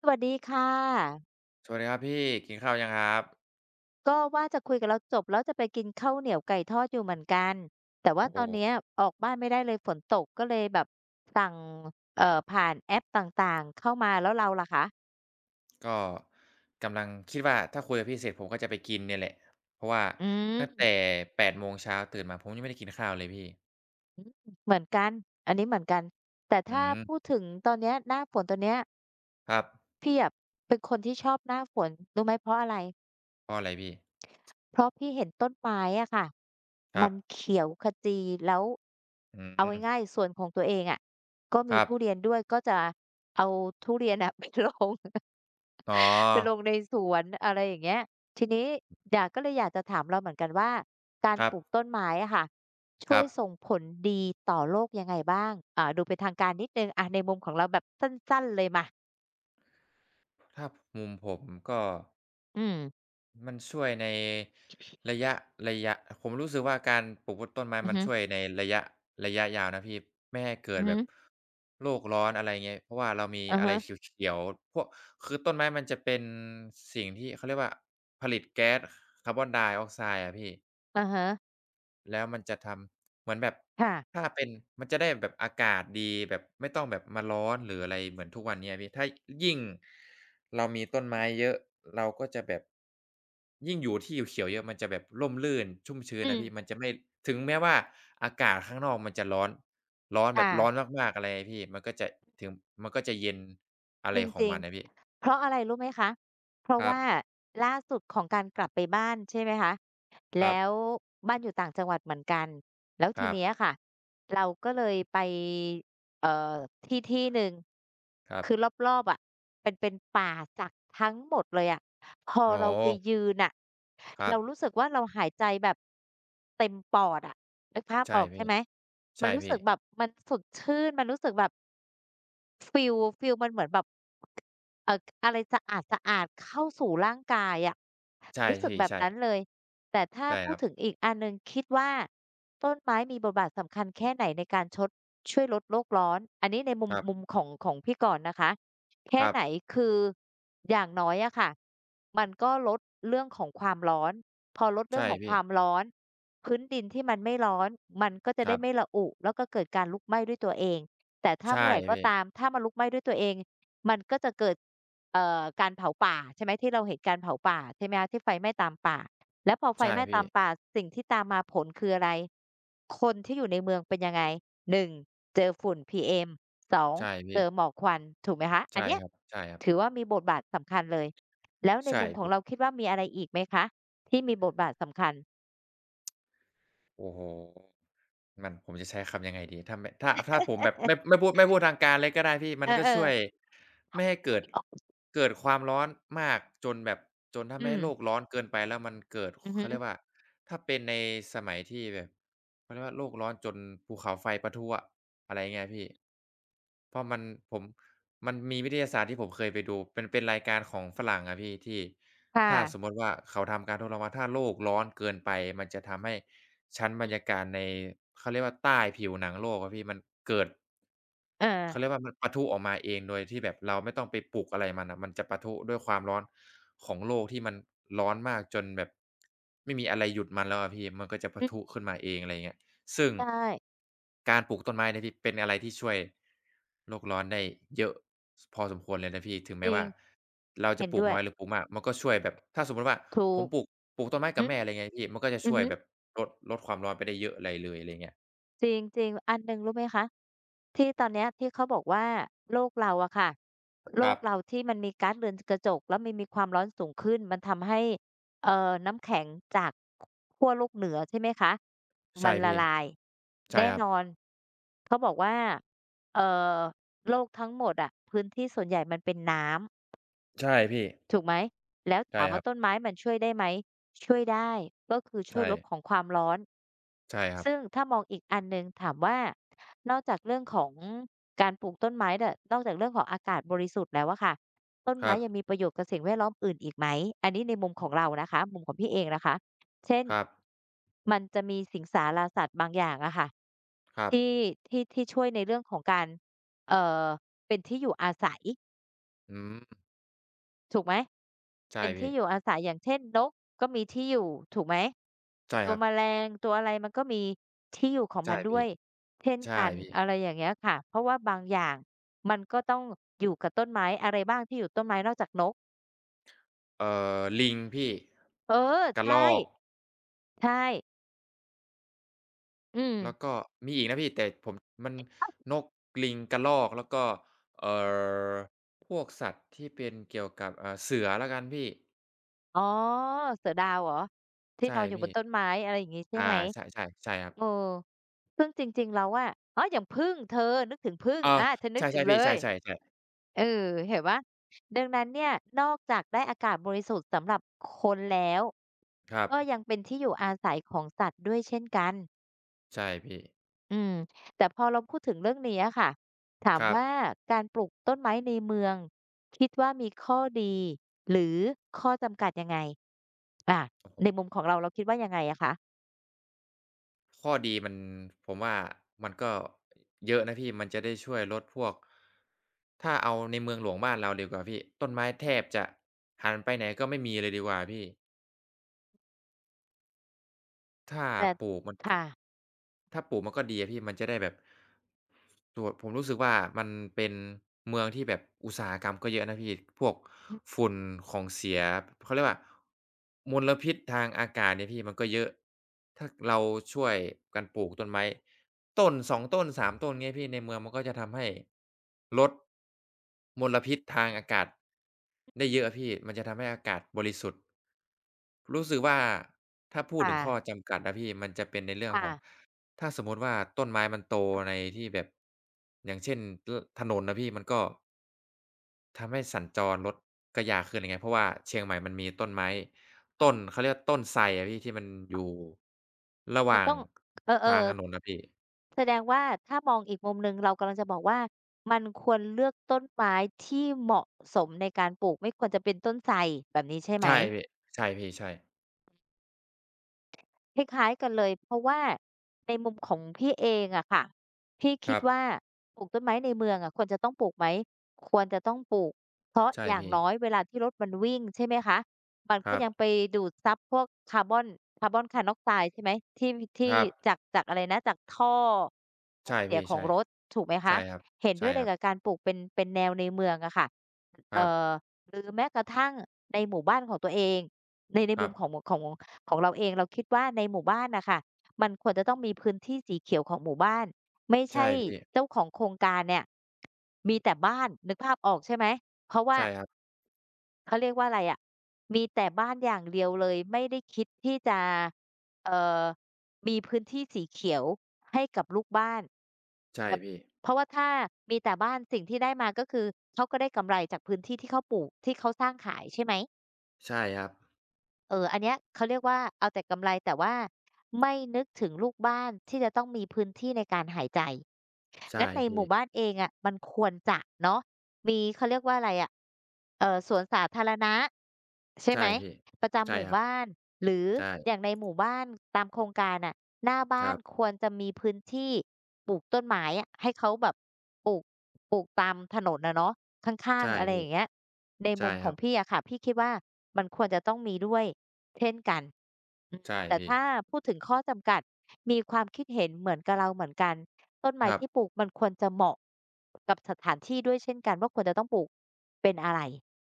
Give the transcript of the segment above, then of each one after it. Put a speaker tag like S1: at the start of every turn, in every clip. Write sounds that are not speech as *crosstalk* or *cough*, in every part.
S1: สวัสดีค่ะ
S2: สวัสดีครับพี่กินข้าวยังครับ
S1: ก็ว่าจะคุยกับเราจบแล้วจะไปกินข้าวเหนียวไก่ทอดอยู่เหมือนกันแต่ว่าตอนเนี้ยออกบ้านไม่ได้เลยฝนตกก็เลยแบบสั่งผ่านแอปต่างๆเข้ามาแล้วเราล่ะคะ
S2: ก็กำลังคิดว่าถ้าคุยกับพี่เสร็จผมก็จะไปกินเนี่ยแหละเพราะว่า
S1: อื
S2: ตั้งแต่
S1: ม
S2: 8โมงเช้าตื่นมาผมยังไม่ได้กินข้าวเลยพี่
S1: เหมือนกันอันนี้เหมือนกันแต่
S2: อื
S1: ถ้า
S2: ม
S1: พูดถึงตอนเนี้ยหน้าฝนตอนเนี้ย
S2: ครับ
S1: พี่อะเป็นคนที่ชอบหน้าฝนรู้ไหมเพราะอะไร
S2: เพราะอะไรพี่
S1: เพราะพี่เห็นต้นไม้อะค่ะ
S2: ครั
S1: มัน
S2: บ
S1: เขียวขจีแล้ว
S2: อื
S1: เอา
S2: ม
S1: ง่ายๆส่วนของตัวเองอะก็
S2: ค
S1: มี
S2: รับ
S1: ทุเรียนด้วยก็จะเอาทุเรียนอะ *laughs* ไปลง
S2: อ๋อ
S1: *laughs* ไปลงในสวนอะไรอย่างเงี้ยทีนี้อยากก็เลยอยากจะถามเราเหมือนกันว่าการ
S2: ครั
S1: ป
S2: บ
S1: ลูกต้นไม้อะค่ะ
S2: ค
S1: ช่ว
S2: รั
S1: ย
S2: บ
S1: ส่งผลดีต่อโลกยังไงบ้างอ่าดูเป็นทางการนิดหนึ่งอะในมุมของเราแบบสั้นๆเลยมา
S2: ถ้ามุมผมก็
S1: อืม
S2: มันช่วยในระยะระยะผมรู้สึกว่าการปลูกต้นไม้
S1: อือ
S2: มัน
S1: ฮึ
S2: ช่วยในระยะยาวนะพี่ไม่ให้เกิ
S1: อื
S2: ด
S1: อ
S2: แบ
S1: ฮึ
S2: บโลกร้อนอะไรเงี้ยเพราะว่าเรามี
S1: อะ
S2: อะไร
S1: ฮะ
S2: เขียวๆพวกคือต้นไม้มันจะเป็นสิ่งที่เขาเรียกว่าผลิตแก๊สคาร์บอนไดออกไซด์อะพี่
S1: อะฮะ
S2: แล้วมันจะทำเหมือนแบบ
S1: ค่ะ
S2: ถ้าเป็นมันจะได้แบบอากาศดีแบบไม่ต้องแบบมาร้อนหรืออะไรเหมือนทุกวันเนี้ยพี่ถ้ายิ่งเรามีต้นไม้เยอะเราก็จะแบบยิ่งอยู่ที่อยู่เขียวเยอะมันจะแบบร่มรื่นชุ่มชื้น
S1: อื
S2: นะ
S1: ม
S2: พี่มันจะไม่ถึงแม้ว่าอากาศข้างนอกมันจะร้อนร้อนแบบร้อน
S1: ค่ะ
S2: มากๆอะไรอะพี่มันก็จะถึงมันก็จะเย็นอะ
S1: จ
S2: ไรของ
S1: ริง
S2: มันนะพี่
S1: ๆเพราะอะไรรู้ไหมคะ เพ
S2: ค
S1: ราะ
S2: รับ
S1: ว่าล่าสุดของการกลับไปบ้านใช่ไหมคะ
S2: ครับ
S1: แล้วบ้านอยู่ต่างจังหวัดเหมือนกัน แล้ว
S2: ค
S1: ที
S2: รับ
S1: เนี้ยค่ะ เราก็เลยไปเอ่อที่ที่หนึ่ง
S2: ครับ
S1: คือรอบๆอะเป็นเป็นป่าจากทั้งหมดเลยอะพอ
S2: อ๋อ
S1: เราไปยืนน่ะ
S2: ครั
S1: เรา
S2: บ
S1: รู้สึกว่าเราหายใจแบบเต็มปอดอะนึกภาพอ
S2: ใช่
S1: อกใช่
S2: พี่
S1: ไหมมัน
S2: ใช่
S1: รู้สึ
S2: พี่
S1: กแบบมันสดชื่นมันรู้สึกแบบฟีลมันเหมือนแบบ อะไรสะอาดๆเข้าสู่ร่างกายอะ
S2: ใช่
S1: รู้สึก
S2: พี่
S1: แบบ
S2: ใช่
S1: นั้นเลยแต่ถ้า
S2: ใช่
S1: พู
S2: ค
S1: ด
S2: รับ
S1: ถึงอีกอันหนึ่งคิดว่าต้นไม้มีบทบาทสำคัญแค่ไหนในการชดช่วยลดโลกร้อนอันนี้ในมุม
S2: ครั
S1: มุม
S2: บ
S1: ของของพี่ก่อนนะคะ
S2: ค
S1: แค่
S2: รับ
S1: ไหนคืออย่างน้อยอะค่ะมันก็ลดเรื่องของความร้อนพอลดเรื่อ
S2: ใช่
S1: งของค
S2: พี่
S1: วามร้อนพื้นดินที่มันไม่ร้อนมันก็จะ
S2: ค
S1: ได้
S2: รั
S1: ไม่
S2: บ
S1: ระอุแล้วก็เกิดการลุกไหม้ด้วยตัวเองแต่ถ้า
S2: ใช่
S1: เมื่อไหร่ก็
S2: พี่
S1: ตามถ้ามันลุกไหม้ด้วยตัวเอง มันก็จะเกิดการเผาป่าใช่ไหมที่เราเห็นการเผาป่าใช่ไหมคะที่ไฟไหม้ตามป่าแล้วพอไฟ
S2: ใช่
S1: ไหม้ตา
S2: พี่
S1: มป่าสิ่งที่ตามมาผลคืออะไรคนที่อยู่ในเมืองเป็นยังไงหนึงเจอฝุ่น PM 2
S2: ใช่
S1: เจ
S2: พี่
S1: อหมอกควันถูกไหมคะอั
S2: ใช่
S1: นเนี้ย
S2: ครับใช่ครั
S1: ถือ
S2: บ
S1: ว่ามีบทบาทสำคัญเลยแล้วใน
S2: ใช่
S1: มุมของ
S2: พี่
S1: เราคิดว่ามีอะไรอีกไหมคะที่มีบทบาทสำคัญ
S2: โอ้โฮ มันผมจะใช้คำยังไงดีถ้าผมแบบไม่พูดทางการเลยก็ได้พี่มั
S1: เอ
S2: นก็
S1: อ
S2: ช่วย
S1: ๆ
S2: ไม่ให้เกิดความร้อนมากจนแบบจนทำ
S1: อื
S2: ให้
S1: ม
S2: โลกร้อนเกินไปแล้วมันเกิด
S1: อือฮึ
S2: เขาเรียกว่าถ้าเป็นในสมัยที่แบบเขาเรียกว่าโลกร้อนจนภูเขาไฟปะทุอะอะไรอย่างเงี้ยพี่เพราะมันผมมันมีวิทยาศาสตร์ที่ผมเคยไปดูเป็นรายการของฝรั่งอะพี่ที่
S1: ค
S2: ถ้าสมมุ
S1: ่ะ
S2: ติว่าเขาทำการทดลองว่าถ้าโลกร้อนเกินไปมันจะทำให้ ชั้นบ
S1: อื
S2: รร
S1: ม
S2: ยากาศในเขาเรียกว่าใต้ผิวหนังโลกอะพี่มันเกิด
S1: เออ
S2: เขาเรียกว่ามันปะทุออกมาเองโดยที่แบบเราไม่ต้องไปปลุกอะไรมันอ่ะมันจะปะทุด้วยความร้อนของโลกที่มันร้อนมากจนแบบไม่มีอะไรหยุดมันแล้วอะพี่มันก็จะปะ
S1: อืม
S2: ทุขึ้นมาเองอะไรอย่างเงี้ยซึ่ง
S1: ใช่
S2: การปลูกต้นไม้เนี่ยพี่เป็นอะไรที่ช่วยโลกร้อนได้เยอะสพอสมควรเลยนะพี่ถึง
S1: จ
S2: แม้
S1: ริง
S2: ว่าเราจะ
S1: เห็น
S2: ปลูก
S1: ด้วย
S2: น้อยหรือปลูกมากมันก็ช่วยแบบถ้าสมมุติว่า
S1: ถู
S2: ผม
S1: ก
S2: ปลูกต้นไม้กั
S1: อื
S2: บ
S1: อฮึ
S2: แม่อะไรอย่างเงี้ยพี่มันก็จะ
S1: อื
S2: ช่
S1: อ
S2: วย
S1: ฮึ
S2: แบบลดความร้อนไปได้เยอะอะไรเลยอะไรอย่างเงี้ย
S1: จริงๆอันหนึ่งรู้ไหมคะที่ตอนเนี้ยที่เขาบอกว่าโลกเราอะค่ะโล
S2: ครั
S1: ก
S2: บ
S1: เราที่มันมีก๊าซเรือนกระจกแล้วมันมีความร้อนสูงขึ้นมันทำให้น้ำแข็งจากขั้วโลกเหนือใช่ไหมคะมั
S2: ใช่
S1: นละ
S2: พี่
S1: ลาย
S2: ใช่
S1: แน่
S2: ครั
S1: น
S2: บ
S1: อนเขาบอกว่าเอ่อโลกทั้งหมดอะพื้นที่ส่วนใหญ่มันเป็นน้ำ
S2: ใช่พี่
S1: ถูกไหมแล้ว
S2: ใช่
S1: ถาม
S2: ค
S1: ว่า
S2: รับ
S1: ต้นไม้มันช่วยได้ไหมช่วยได้ก็คือช่วย
S2: ใช่
S1: ลดของความร้อน
S2: ใช่ครับ
S1: ซึ่งถ้ามองอีกอันหนึ่งถามว่านอกจากเรื่องของการปลูกต้นไม้เนี่ยนอกจากเรื่องของอากาศบริสุทธิ์แล้วอะค่ะต้น
S2: ค
S1: ไม้
S2: รับ
S1: ยังมีประโยชน์กับสิ่งแวดล้อมอื่นอีกไหมอันนี้ในมุมของเรานะคะมุมของพี่เองนะคะเช่น
S2: ครับ
S1: มันจะมีสิงสาราสัตว์บางอย่างอะค่ะ
S2: ครับ
S1: ที่ที่ช่วยในเรื่องของการเอ่อเป็นที่อยู่อาศัย
S2: อืม
S1: ถูกไหม
S2: ใช่
S1: เป็นที่
S2: พี่
S1: อยู่อาศัยอย่างเช่นนกก็มีที่อยู่ถูกไหม
S2: ใช่
S1: ตั
S2: ค
S1: ว
S2: รับ
S1: แมลงตัวอะไรมันก็มีที่อยู่ของมั
S2: ใช่
S1: นด้ว
S2: พี่
S1: ยเช่น
S2: ใช่
S1: กัน
S2: พี่
S1: อะไรอย่างเงี้ยค่ะเพราะว่าบางอย่างมันก็ต้องอยู่กับต้นไม้อะไรบ้างที่อยู่ต้นไม้นอกจากนก
S2: เอ่ลิงพี่
S1: เออ
S2: กระร
S1: ใช่
S2: อก
S1: ใช่อืม
S2: แล้วก็มีมัน
S1: อ้าว
S2: นกลิงกระรอกแล้วก็เอ่อพวกสัตว์ที่เป็นเกี่ยวกับเสือแล้วกันพี่
S1: อ๋อเสือดาวเหรอที่น
S2: ใช่
S1: อนอยู่บ
S2: พี่
S1: นต้นไม้อะไรอย่างงี้ใช่
S2: อา
S1: ไหม
S2: ใช่ๆใช่ครั
S1: เออ
S2: บ
S1: ซึ่งจริงๆแล้วอะอ้ออย่างผึ้งเธอนึกถึงผึ้ง
S2: เออ
S1: อาฉันนึกถึ
S2: ใช่
S1: ง
S2: ๆ
S1: เล
S2: พี่
S1: ย
S2: ใช่ๆๆ
S1: เออเห็นเปล่าดังนั้นเนี่ยนอกจากได้อากาศบริสุทธิ์สำหรับคนแล้ว
S2: ครับ
S1: ก็ยังเป็นที่อยู่อาศัยของสัตว์ด้วยเช่นกัน
S2: ใช่พี่
S1: อืมแต่พอเราพูดถึงเรื่องนี้อะค่ะถาม
S2: ครับ
S1: ว่าการปลูกต้นไม้ในเมืองคิดว่ามีข้อดีหรือข้อจำกัดยังไงอาในมุมของเราเราคิดว่ายังไงอะคะ
S2: ข้อดีมันผมว่ามันก็เยอะนะพี่มันจะได้ช่วยลดพวกถ้าเอาในเมืองหลวงบ้านเราดีกว่าพี่ต้นไม้แทบจะหันไปไหนก็ไม่มีเลยดีกว่าพี่ ถ้า
S1: แต่
S2: ปลูกมันก
S1: ค่ะ
S2: ถ้าปลูกมันก็ดีอะพี่มันจะได้แบบตัวผมรู้สึกว่ามันเป็นเมืองที่แบบอุตสาหกรรมก็เยอะนะพี่พวก
S1: อือ
S2: ฝุ่นของเสียเขาเรียกว่ามลพิษทางอากาศเนี่ยพี่มันก็เยอะถ้าเราช่วยกันปลูกต้นไม้ต้นสองต้นสามต้นเงี้ยพี่ในเมืองมันก็จะทำให้ลดมลพิษทางอากาศได้เยอะอะพี่มันจะทำให้อากาศบริสุทธิ์ รู้สึกว่าถ้าพูดถึ
S1: ค่ะ
S2: งข้อจำกัดนะพี่มันจะเป็นในเรื่อง
S1: ค่ะ
S2: ของถ้าสมมุติว่าต้นไม้มันโตในที่แบบอย่างเช่นลถนนนะพี่มันก็ทำให้สัญจรรถก็ยากขึ้นไรเงี้ยเพราะว่าเชียงใหม่มันมีต้นไม้ต้น
S1: อ
S2: เขาเรียกว่าต้นไทรอะพี่ที่มันอยู่ระห
S1: มัน
S2: ว่าง
S1: ต้องเอ
S2: ทา
S1: อ
S2: งถนนนะพี่
S1: ๆ แสดงว่าถ้ามองอีกมุมหนึ่งเรากำลังจะบอกว่ามันควรเลือกต้นไม้ที่เหมาะสมในการปลูกไม่ควรจะเป็นต้นไทรแบบนี้ใช่ไหม
S2: ใช่พี่ใช่พี่ใช่
S1: คล้ายๆกันเลยเพราะว่าในมุมของพี่เองอะค่ะพี่
S2: ค
S1: คิด
S2: รับ
S1: ว่าปลูกต้นไม้ในเมืองอะควรจะต้องปลูกไหมควรจะต้องปลูกเพราะ
S2: ใช่
S1: อย่าง
S2: พี่
S1: น้อยเวลาที่รถมันวิ่งใช่ไหมคะมัน
S2: ค
S1: ก็
S2: รับ
S1: ยังไปดูดซับพวกคาร์บอนคาร์นอกไซด์ใช่ไหมที่ที่
S2: ครับ
S1: จากอะไรนะจากท่อไอ
S2: ใช่
S1: เสีย
S2: พี่
S1: ของ
S2: ใช่
S1: รถถูกไหมคะ
S2: ใช่ครับ
S1: เห็นด้
S2: ใช่
S1: วยเล
S2: ค
S1: ย
S2: รับ
S1: กับการปลูกเป็นแนวในเมืองอะค่ะ
S2: ครั
S1: เอ่อ
S2: บ
S1: หรือแม้กระทั่งในหมู่บ้านของตัวเองใน
S2: ค
S1: มุ
S2: รับ
S1: มของเราเองเราคิดว่าในหมู่บ้านน่ะค่ะมันควรจะต้องมีพื้นที่สีเขียวของหมู่บ้านไม่
S2: ใช่
S1: ใช่
S2: พี่
S1: เจ้าของโครงการเนี่ยมีแต่บ้านนึกภาพออกใช่ไหมเพราะว่า
S2: ใช่ครับ
S1: เขาเรียกว่าอะไรอะมีแต่บ้านอย่างเดียวเลยไม่ได้คิดที่จะเอ่อมีพื้นที่สีเขียวให้กับลูกบ้าน
S2: ใช่
S1: แบบ
S2: พี่
S1: เพราะว่าถ้ามีแต่บ้านสิ่งที่ได้มาก็คือเขาก็ได้กำไรจากพื้นที่ที่เขาปลูกที่เขาสร้างขายใช่ไหม
S2: ใช่ครับ
S1: เอออันเนี้ยเขาเรียกว่าเอาแต่กำไรแต่ว่าไม่นึกถึงลูกบ้านที่จะต้องมีพื้นที่ในการหายใจ
S2: ใช่
S1: งั้นในห
S2: พี่
S1: มู่บ้านเองอะมันควรจะเนาะมีเขาเรียกว่าอะไรอะสวนสาธารณะใช่
S2: ใช่
S1: ไหม
S2: พี่
S1: ประจำ
S2: ใช่
S1: หมู่
S2: ครับ
S1: บ้านหรือ
S2: ใช่
S1: อย่างในหมู่บ้านตามโครงการน่ะหน้า
S2: ค
S1: บ้า
S2: รั
S1: นค
S2: บ
S1: วรจะมีพื้นที่ปลูกต้นไม้อะให้เขาแบบปลูกปลูกตามถนนอะเนาะข้าง
S2: ใช่
S1: ๆอะไรอ
S2: พี่
S1: ย่างเงี้ยในมุ
S2: ใช่
S1: มข
S2: ค
S1: อ
S2: รั
S1: ง
S2: บ
S1: พี่อะค่ะพี่คิดว่ามันควรจะต้องมีด้วย เช่นกันอืม
S2: ใช่
S1: แต่
S2: พี่
S1: ถ้าพูดถึงข้อจำกัดมีความคิดเห็นเหมือนกับเราเหมือนกันต้นไม้
S2: ครับ
S1: ที่ปลูกมันควรจะเหมาะกับสถานที่ด้วยเช่นกันว่าควรจะต้องปลูกเป็นอะไร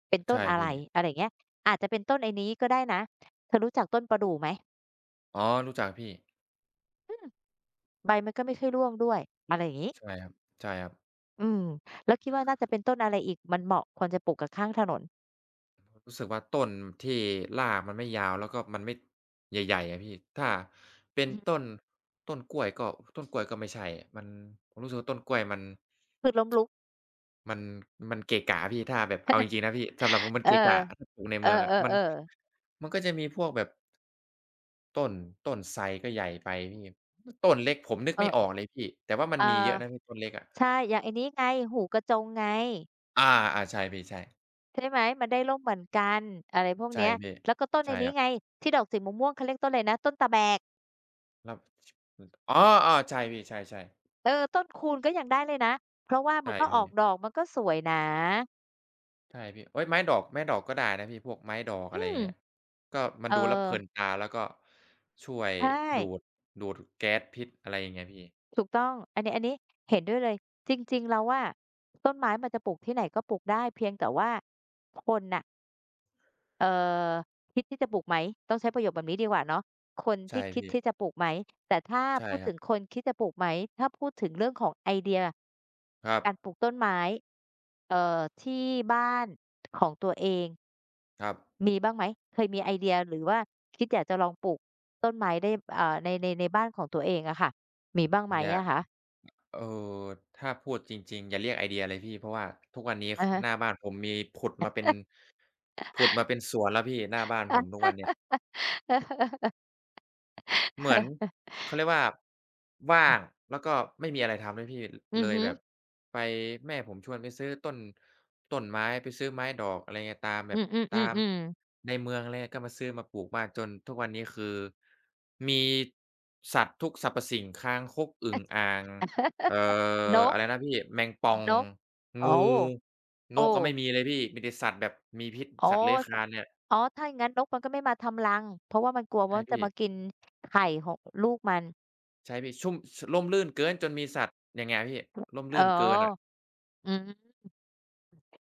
S1: เป็นต้น
S2: ใช่
S1: อะไร
S2: พี่
S1: อะไรอย่างเงี้ยอาจจะเป็นต้นไอ้นี้ก็ได้นะเธอรู้จักต้นประดู่ไหม
S2: อ๋อรู้จักพี่
S1: อืมใบมันก็ไม่ค่อยร่วงด้วยอะไรอย่างงี้
S2: ใช่ครับใช่ครับ
S1: อืมแล้วคิดว่าน่าจะเป็นต้นอะไรอีกมันเหมาะควรจะปลูกกับข้างถนน
S2: รู้สึกว่าต้นที่รากมันไม่ยาวแล้วก็มันไม่ใหญ่ๆอะพี่ถ้าเป็
S1: อื
S2: น
S1: อฮึ
S2: ต้นกล้วยก็ไม่ใช่มันผมรู้สึกว่าต้นกล้วยมัน
S1: พืชล้มลุก
S2: มันมันเกะกะพี่ถ้าแบบเอาจริงๆนะพี่สำหรับผมมัน
S1: เออ
S2: เกะกะ *laughs* ถ้าปลู่ใน
S1: เอ
S2: เมืองอะมัน
S1: อๆๆ
S2: มันก็จะมีพวกแบบต้นต้นไทรก็ใหญ่ไปพี่ต้นเล็กผมนึกไม่ออก
S1: เออ
S2: เลยพี่แต่ว่ามัน
S1: อา
S2: มีเยอะนะพี่ต้นเล็กอะ
S1: ใช่อย่างไอ้นี้ไงหูกระจงไง
S2: อาอาใช่พี่ใช่
S1: ใช่ไหมมันได้ร่มเหมือนกันอะไรพวก
S2: ใช่
S1: เนี้ย
S2: พี่
S1: แล้วก็ต้นไอ้
S2: ใช่
S1: นี้
S2: ครั
S1: ไง
S2: บ
S1: ที่ดอกสีม่วงๆเขาเรียกต้นอะไรนะต้นตะแบก
S2: แล้วอ๋อๆใช่พี่ใช่ๆ
S1: เออต้นคูนก็ยังได้เลยนะเพราะว่ามั
S2: ใช่
S1: นก็อ
S2: พี่
S1: อกดอกมันก็สวยนะ
S2: ใช่พี่เฮ้ยไม้ดอกไม้ดอกก็ได้นะพี่พวกไม้ดอก
S1: อื
S2: อะไรอย่า
S1: ม
S2: งเงี้ยก็มั
S1: เอ
S2: น
S1: อ
S2: ดูแล้วเพลินตาแล้วก็ช่วย
S1: ใช
S2: ดูด
S1: ่
S2: ดูดแก๊สพิษอะไรอย่างเงี้ยพี่
S1: ถูกต้องอันนี้เห็นด้วยเลยจริงๆเราว่าต้นไม้มันจะปลูกที่ไหนก็ปลูกได้เพียงแต่ว่าคนน่ะ เอ่อคิดที่จะปลูกไหมต้องใช้ประโยคแบบนี้ดีกว่าเนาะคนที่
S2: ใช่
S1: คิด
S2: พี่
S1: ที่จะปลูกไหมแต่ถ้า
S2: ใช่
S1: พูด
S2: ครั
S1: ถึ
S2: บ
S1: งคนคิดจะปลูกไหมถ้าพูดถึงเรื่องของไอเดีย
S2: ครับ
S1: การปลูกต้นไม้เอ่อที่บ้านของตัวเอง
S2: ครับ
S1: มีบ้างไหมเคยมีไอเดียหรือว่าคิดอยากจะลองปลูกต้นไม้ได้ในบ้านของตัวเองอะค่ะมีบ้างไหม
S2: อย่า
S1: อะคะ
S2: เอ่อถ้าพูดจริงๆอย่าเรียกไอเดียเลยพี่ เพราะว่าทุกวันนี้ค
S1: อะฮะ
S2: หน้าบ้านผมมีผุดมาเป็นผุดมาเป็นสวนแล้วพี่ หน้าบ้านผมทุกวันเนี่ย
S1: *laughs*
S2: เหมือนเขาเรียกว่าว่างแล้วก็ไม่มีอะไรทำด้วยพี่
S1: อื
S2: เล
S1: อ
S2: ย
S1: ฮึ
S2: แบบไปแม่ผมชวนไปซื้อต้นต้นไม้ไปซื้อไม้ดอกอะไรเงี้ยตามแบ
S1: อื
S2: บตาม
S1: อๆๆๆๆ
S2: ในเมืองอะไรเงี้ยก็มาซื้อมาปลูกบ้านจนทุกวันนี้คือมีสัตว์ทุกสรรพสิ่งคางคกอึ่งอ่างเอ่อ
S1: นก
S2: อะไรนะพี่แมงป่อง
S1: นก
S2: งู
S1: โอ้
S2: น
S1: โอ้
S2: กก็ไม่มีเลยพี่มีแต่สัตว์แบบมีพิษ
S1: อ๋อ
S2: สัตว์เลื้อยค
S1: ส
S2: ลานเนี่ย
S1: อ๋อถ้าอย่างงั้นนกมันก็ไม่มาทำรัง เพราะว่ามันกลัวว่า
S2: ใช่
S1: มันจะ
S2: พี่
S1: มากินไข่ของลูกมัน
S2: ใช่พี่ชุ่มชร่มรื่นเกินจนมีสัตว์ยังไงอะพี่ร่ม
S1: อ๋อ
S2: รื่นเกินอะ
S1: อืม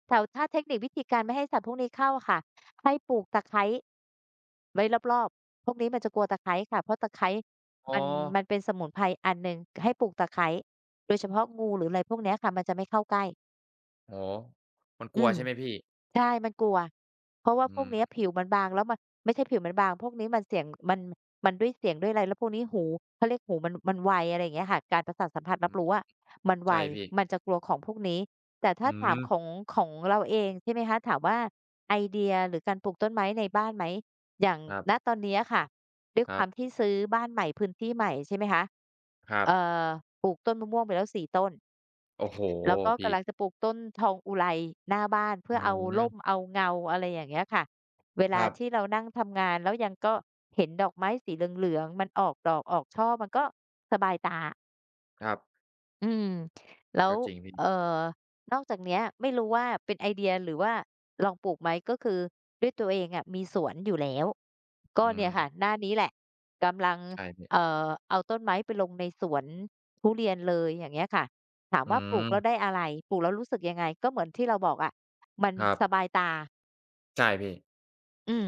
S1: แต่ถ้าเทคนิควิธีการไม่ให้สัตว์พวกนี้เข้าค่ะ ให้ปลูกตะไคร้ไว้รอบๆพวกนี้มันจะกลัวตะไคร้ค่ะเพราะตะไคร้มั
S2: อ๋อ
S1: นมันเป็นสมุนไพรอันหนึ่งให้ปลูกตะไคร้โดยเฉพาะงูหรืออะไรพวกเนี้ยค่ะมันจะไม่เข้าใกล้
S2: โอ้โฮมันกลั
S1: อื
S2: ว
S1: ม
S2: ใช่ไหมพี่
S1: ใช่มันกลัวเพราะว่าพ
S2: อื
S1: วก
S2: ม
S1: เนี้ยผิวมันบางแล้วมันไม่ใช่ผิวมันบางพวกนี้มันเสียงมันด้วยเสียงด้วยอะไรแล้วพวกนี้หูเขาเรียกหูมันไวอะไรอย่างเงี้ยค่ะการประสาทสัมผัสรับรู้อะมันไว
S2: ใช่พี่
S1: มันจะกลัวของพวกนี้แต่ถ้า
S2: อื
S1: ถาม
S2: ม
S1: ของเราเองใช่ไหมคะถามว่าไอเดียหรือการปลูกต้นไม้ในบ้านไหมอย่าง
S2: ครั
S1: ณ
S2: บ
S1: ตอนเนี้ยค่ะด้วย
S2: ค
S1: ค
S2: รั
S1: วาม
S2: บ
S1: ที่ซื้อบ้านใหม่พื้นที่ใหม่ใช่ไหมคะ
S2: ครับ
S1: เอ่อปลูกต้นมะม่วงไปแล้ว4 ต้น
S2: โอ้โฮ
S1: แล้วก็
S2: พี่
S1: กำลังจะปลูกต้นทองอุไลหน้าบ้านเพื่
S2: อื
S1: อเอาร่ม
S2: ม
S1: เอาเงาอะไรอย่างเงี้ยค่ะเว
S2: ค
S1: ลา
S2: รับ
S1: ที่เรานั่งทำงานแล้วยังก็เห็นดอกไม้สีเหลืองๆมันออกดอกออกช่อมันก็สบายตา
S2: ครับ
S1: อืมแล้ว
S2: ก็จริงพี่
S1: เอ่อนอกจากเนี้ยไม่รู้ว่าเป็นไอเดียหรือว่าลองปลูกไหมก็คือด้วยตัวเองอะมีสวนอยู่แล้วก็
S2: อื
S1: เนี่ย
S2: ม
S1: ค่ะหน้านี้แหละกำลัง
S2: ใช่พี่
S1: เอ่อเอาต้นไม้ไปลงในสวนทุเรียนเลยอย่างเงี้ยค่ะถาม
S2: อื
S1: ว่าปลูกแล้วได้
S2: ม
S1: อะไรปลูกแล้วรู้สึกยังไงก็เหมือนที่เราบอกอะมัน
S2: ครับ
S1: สบายตา
S2: ใช่พี่
S1: อืม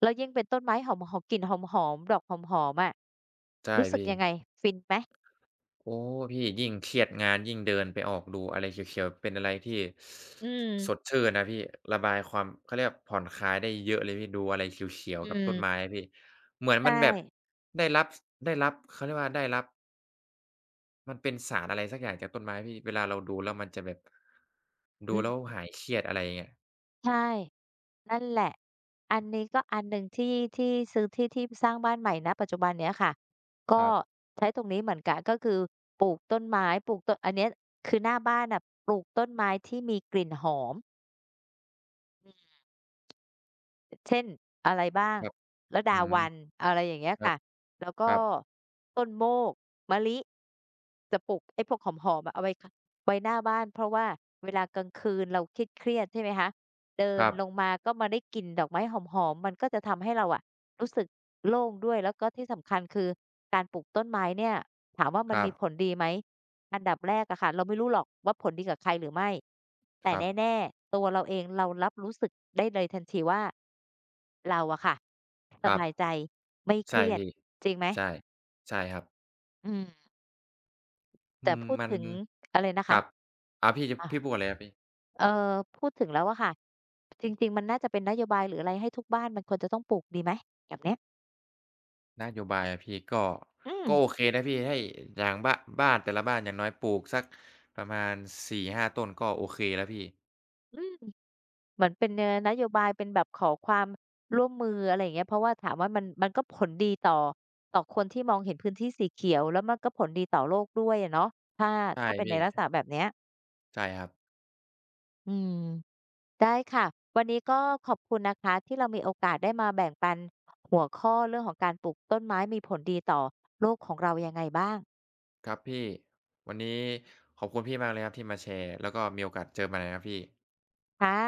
S1: แล้วยิ่งเป็นต้นไม้หอมๆกลิ่นหอมๆดอกหอมๆอะ
S2: ใช่
S1: รู้สึก
S2: พี่
S1: ยังไงฟินไหม
S2: โอ้พี่ยิ่งเครียดงานยิ่งเดินไปออกดูอะไรเขียวๆเป็นอะไรที่
S1: อื
S2: สด
S1: ม
S2: ชื่นนะพี่ระบายความเขาเรียกผ่อนคลายได้เยอะเลยพี่ดูอะไรเขียว
S1: อื
S2: ๆกับต้นไม้
S1: ม
S2: อะพี่เหมือน
S1: ใช่
S2: มันแบบได้รับได้รับเขาเรียกว่าได้รับมันเป็นสารอะไรสักอย่างจากต้นไม้พี่เวลาเราดูแล้วมันจะแบบ
S1: อื
S2: ดูแล้ว
S1: ม
S2: หายเครียดอะไรอย่างเงี้ย
S1: ใช่ นั่นแหละ อันนี้ก็อันหนึ่งที่ที่ซื้อที่ที่สร้างบ้านใหม่ณปัจจุบันเนี้ยค่ะ
S2: ค
S1: ก็
S2: รับ
S1: ใช้ตรงนี้เหมือนกันก็คือปลูกต้นไม้ปลูกต้นอันเนี้ยคือหน้าบ้านน่ะปลูกต้นไม้ที่มีกลิ่นหอม เช่นอะไรบ้าง
S2: ครับ
S1: ระ
S2: อื
S1: ดา
S2: ม
S1: วัลย์อะไรอย่างเงี้ย
S2: ครับ
S1: ค่ะ แล้ว
S2: ค
S1: ก็
S2: รับ
S1: ต้นโมกมะลิจะปลูกไอ้พวกหอมๆอะเอาไว้คไว้หน้าบ้านเพราะว่าเวลากลางคืนเราเครียดๆใช่ไหมคะเดิ
S2: ค
S1: น
S2: รับ
S1: ลงมาก็มาได้กลิ่นดอกไม้หอมๆมันก็จะทำให้เราอะรู้สึกโล่งด้วยแล้วก็ที่สำคัญคือการปลูกต้นไม้เนี่ยถามว่า
S2: ค
S1: มัน
S2: รั
S1: มี
S2: บ
S1: ผลดีไหม อันดับแรกอะค่ะเราไม่รู้หรอกว่าผลดีกับใครหรือไม่แต่
S2: ครับ
S1: แน่ๆตัวเราเองเรารับรู้สึกได้เลยทันทีว่าเราอะค่ะส
S2: ครับ
S1: บายใจไม่เค
S2: ใช่
S1: รียด
S2: พี่
S1: จริงไหม
S2: ใช่ใช่ครับ
S1: อืม
S2: อื
S1: แต่
S2: ม
S1: พูด
S2: มัน
S1: ถึงอะไรนะ
S2: ค
S1: คะ
S2: รับอาพี่จะ
S1: อา
S2: พี่พูดก่อะไรับพี่
S1: เอ่อพูดถึงแล้วอะค่ะจริงๆมันน่าจะเป็นนโยบายหรืออะไรให้ทุกบ้านมันควรจะต้องปลูกดีไหมแบบเนี้ย
S2: นโยบายอะพี่ก็
S1: อืม
S2: ก็โอเคนะพี่ให้อย่างบ้านแต่ละบ้านอย่างน้อยปลูกสักประมาณ4-5ต้นก็โอเคแล้วพี่
S1: อืม เหมือนเป็นนโยบายเป็นแบบขอความร่วมมืออะไรอย่างเงี้ยเพราะว่าถามว่ามันมันก็ผลดีต่อต่อคนที่มองเห็นพื้นที่สีเขียวแล้วมันก็ผลดีต่อโลกด้วยอะเนาะถ้า
S2: ใช่
S1: ถ้าเป็นใน
S2: พี่
S1: ลักษณะแบบเนี้ย
S2: ใช่ครับ
S1: อืมได้ค่ะวันนี้ก็ขอบคุณนะคะที่เรามีโอกาสได้มาแบ่งปันหัวข้อเรื่องของการปลูกต้นไม้มีผลดีต่อโลกของเรายังไงบ้าง
S2: ครับพี่ วันนี้ขอบคุณพี่มากเลยครับที่มาแชร์แล้วก็มีโอกาสเจอกันใหม่นะครับพี่
S1: ค่ะ